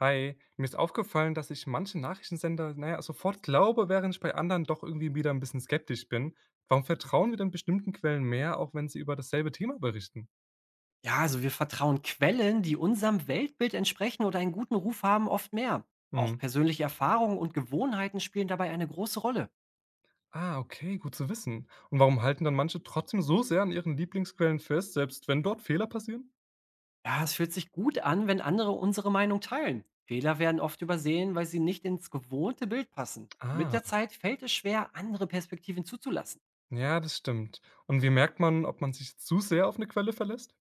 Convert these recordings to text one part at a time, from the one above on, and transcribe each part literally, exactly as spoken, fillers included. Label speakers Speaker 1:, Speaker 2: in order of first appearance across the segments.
Speaker 1: Hi, mir ist aufgefallen, dass ich manche Nachrichtensender, naja, sofort glaube, während ich bei anderen doch irgendwie wieder ein bisschen skeptisch bin. Warum vertrauen wir denn bestimmten Quellen mehr, auch wenn sie über dasselbe Thema berichten?
Speaker 2: Ja, also wir vertrauen Quellen, die unserem Weltbild entsprechen oder einen guten Ruf haben, oft mehr.
Speaker 1: Hm.
Speaker 2: Auch persönliche Erfahrungen und Gewohnheiten spielen dabei eine große Rolle.
Speaker 1: Ah, okay, gut zu wissen. Und warum halten dann manche trotzdem so sehr an ihren Lieblingsquellen fest, selbst wenn dort Fehler passieren?
Speaker 2: Ja, es fühlt sich gut an, wenn andere unsere Meinung teilen. Fehler werden oft übersehen, weil sie nicht ins gewohnte Bild passen. Mit
Speaker 1: Ah,
Speaker 2: der Zeit fällt es schwer, andere Perspektiven zuzulassen.
Speaker 1: ja, das stimmt. Und wie merkt man, ob man sich zu sehr auf eine Quelle verlässt?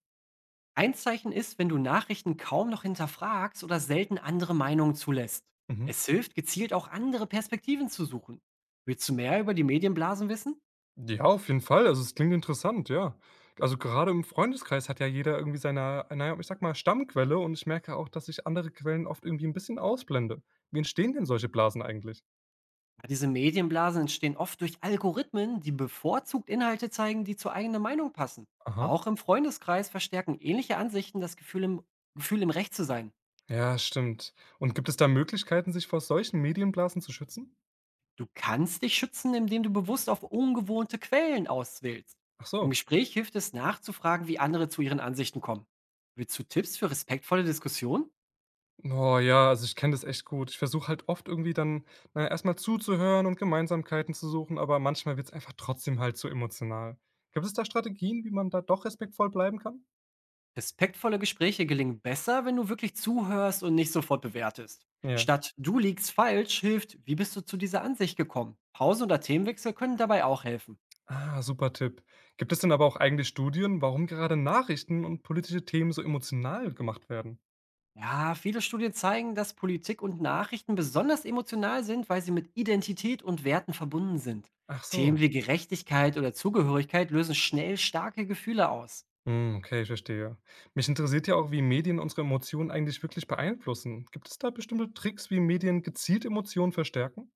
Speaker 2: Ein Zeichen ist, wenn du Nachrichten kaum noch hinterfragst oder selten andere Meinungen zulässt.
Speaker 1: Mhm.
Speaker 2: Es hilft, gezielt auch andere Perspektiven zu suchen. Willst du mehr über die Medienblasen wissen?
Speaker 1: Ja, auf jeden Fall. Also, es klingt interessant, ja. Also, gerade im Freundeskreis hat ja jeder irgendwie seine, na ja, ich sag mal, Stammquelle und ich merke auch, dass ich andere Quellen oft irgendwie ein bisschen ausblende. Wie entstehen denn solche Blasen eigentlich?
Speaker 2: Ja, diese Medienblasen entstehen oft durch Algorithmen, die bevorzugt Inhalte zeigen, die zur eigenen Meinung passen.
Speaker 1: Aha.
Speaker 2: Auch im Freundeskreis verstärken ähnliche Ansichten das Gefühl im, Gefühl, im Recht zu sein.
Speaker 1: Ja, stimmt. Und gibt es da Möglichkeiten, sich vor solchen Medienblasen zu schützen?
Speaker 2: Du kannst dich schützen, indem du bewusst auf ungewohnte Quellen auswählst.
Speaker 1: Ach
Speaker 2: Im
Speaker 1: so.
Speaker 2: Gespräch hilft es nachzufragen, wie andere zu ihren Ansichten kommen. Willst du Tipps für respektvolle Diskussionen?
Speaker 1: Oh ja, also, ich kenne das echt gut. Ich versuche halt oft irgendwie dann, na ja, zuzuhören und Gemeinsamkeiten zu suchen, aber manchmal wird es einfach trotzdem halt zu emotional. Gibt es da Strategien, wie man da doch respektvoll bleiben kann?
Speaker 2: Respektvolle Gespräche gelingen besser, wenn du wirklich zuhörst und nicht sofort bewertest.
Speaker 1: Ja.
Speaker 2: Statt du liegst falsch hilft, wie bist du zu dieser Ansicht gekommen? Pause oder Themenwechsel können dabei auch helfen.
Speaker 1: Ah, super Tipp. Gibt es denn aber auch eigentlich Studien, warum gerade Nachrichten und politische Themen so emotional gemacht werden?
Speaker 2: Ja, viele Studien zeigen, dass Politik und Nachrichten besonders emotional sind, weil sie mit Identität und Werten verbunden sind.
Speaker 1: Ach so.
Speaker 2: Themen wie Gerechtigkeit oder Zugehörigkeit lösen schnell starke Gefühle aus.
Speaker 1: Hm, okay, ich verstehe. Mich interessiert ja auch, wie Medien unsere Emotionen eigentlich wirklich beeinflussen. Gibt es da bestimmte Tricks, wie Medien gezielt Emotionen verstärken?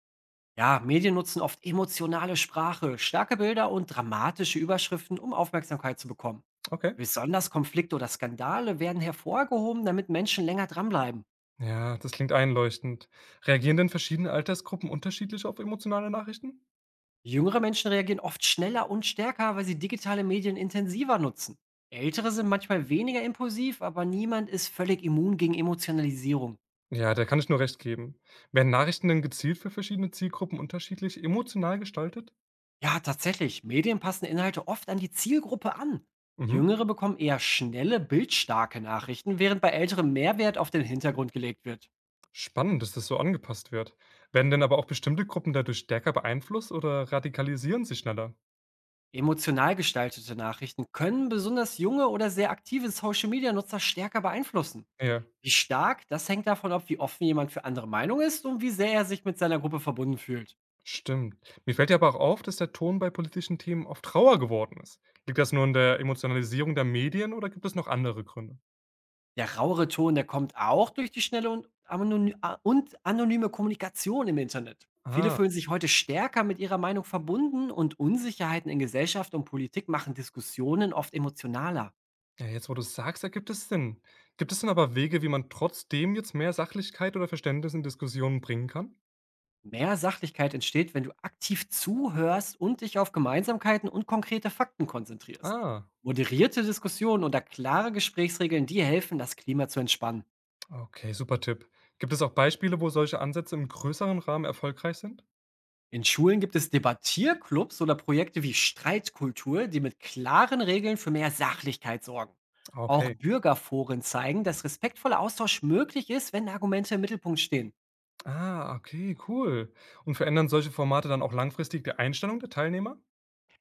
Speaker 2: Ja, Medien nutzen oft emotionale Sprache, starke Bilder und dramatische Überschriften, um Aufmerksamkeit zu bekommen.
Speaker 1: Okay.
Speaker 2: Besonders Konflikte oder Skandale werden hervorgehoben, damit Menschen länger dranbleiben.
Speaker 1: Ja, das klingt einleuchtend. Reagieren denn verschiedene Altersgruppen unterschiedlich auf emotionale Nachrichten?
Speaker 2: Jüngere Menschen reagieren oft schneller und stärker, weil sie digitale Medien intensiver nutzen. Ältere sind manchmal weniger impulsiv, aber niemand ist völlig immun gegen Emotionalisierung.
Speaker 1: Ja, da kann ich nur recht geben. Werden Nachrichten denn gezielt für verschiedene Zielgruppen unterschiedlich emotional gestaltet?
Speaker 2: Ja, tatsächlich, Medien passen Inhalte oft an die Zielgruppe an.
Speaker 1: Mhm.
Speaker 2: Jüngere bekommen eher schnelle, bildstarke Nachrichten, während bei Älteren mehr Wert auf den Hintergrund gelegt wird.
Speaker 1: Spannend, dass das so angepasst wird. Werden denn aber auch bestimmte Gruppen dadurch stärker beeinflusst oder radikalisieren sie schneller?
Speaker 2: Emotional gestaltete Nachrichten können besonders junge oder sehr aktive Social-Media-Nutzer stärker beeinflussen.
Speaker 1: Ja,
Speaker 2: Wie stark? Das hängt davon ab, wie offen jemand für andere Meinung ist und wie sehr er sich mit seiner Gruppe verbunden fühlt.
Speaker 1: stimmt. Mir fällt ja aber auch auf, dass der Ton bei politischen Themen oft rauer geworden ist. Liegt das nur in der Emotionalisierung der Medien oder gibt es noch andere Gründe?
Speaker 2: Der rauere Ton, der kommt auch durch die schnelle und, anony a- und anonyme Kommunikation im Internet. Viele
Speaker 1: Ah,
Speaker 2: fühlen sich heute stärker mit ihrer Meinung verbunden und Unsicherheiten in Gesellschaft und Politik machen Diskussionen oft emotionaler.
Speaker 1: ja, jetzt wo du es sagst, ergibt es Sinn. Gibt es denn aber Wege, wie man trotzdem jetzt mehr Sachlichkeit oder Verständnis in Diskussionen bringen kann?
Speaker 2: Mehr Sachlichkeit entsteht, wenn du aktiv zuhörst und dich auf Gemeinsamkeiten und konkrete Fakten konzentrierst.
Speaker 1: Ah,
Speaker 2: Moderierte Diskussionen oder klare Gesprächsregeln, die helfen, das Klima zu entspannen.
Speaker 1: okay, super Tipp. Gibt es auch Beispiele, wo solche Ansätze im größeren Rahmen erfolgreich sind?
Speaker 2: In Schulen gibt es Debattierclubs oder Projekte wie Streitkultur, die mit klaren Regeln für mehr Sachlichkeit sorgen.
Speaker 1: Ah,
Speaker 2: Auch
Speaker 1: okay.
Speaker 2: Bürgerforen zeigen, dass respektvoller Austausch möglich ist, wenn Argumente im Mittelpunkt stehen.
Speaker 1: Ah, okay, cool. Und verändern solche Formate dann auch langfristig die Einstellung der Teilnehmer?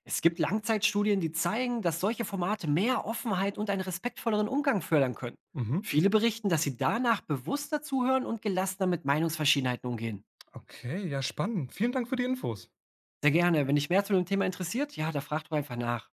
Speaker 2: Es gibt Langzeitstudien, die zeigen, dass solche Formate mehr Offenheit und einen respektvolleren Umgang fördern können.
Speaker 1: Mhm.
Speaker 2: Viele berichten, dass sie danach bewusster zuhören und gelassener mit Meinungsverschiedenheiten umgehen.
Speaker 1: Okay, ja, spannend. Vielen Dank für die Infos.
Speaker 2: Sehr gerne. Wenn dich mehr zu dem Thema interessiert, ja, da frag doch einfach nach.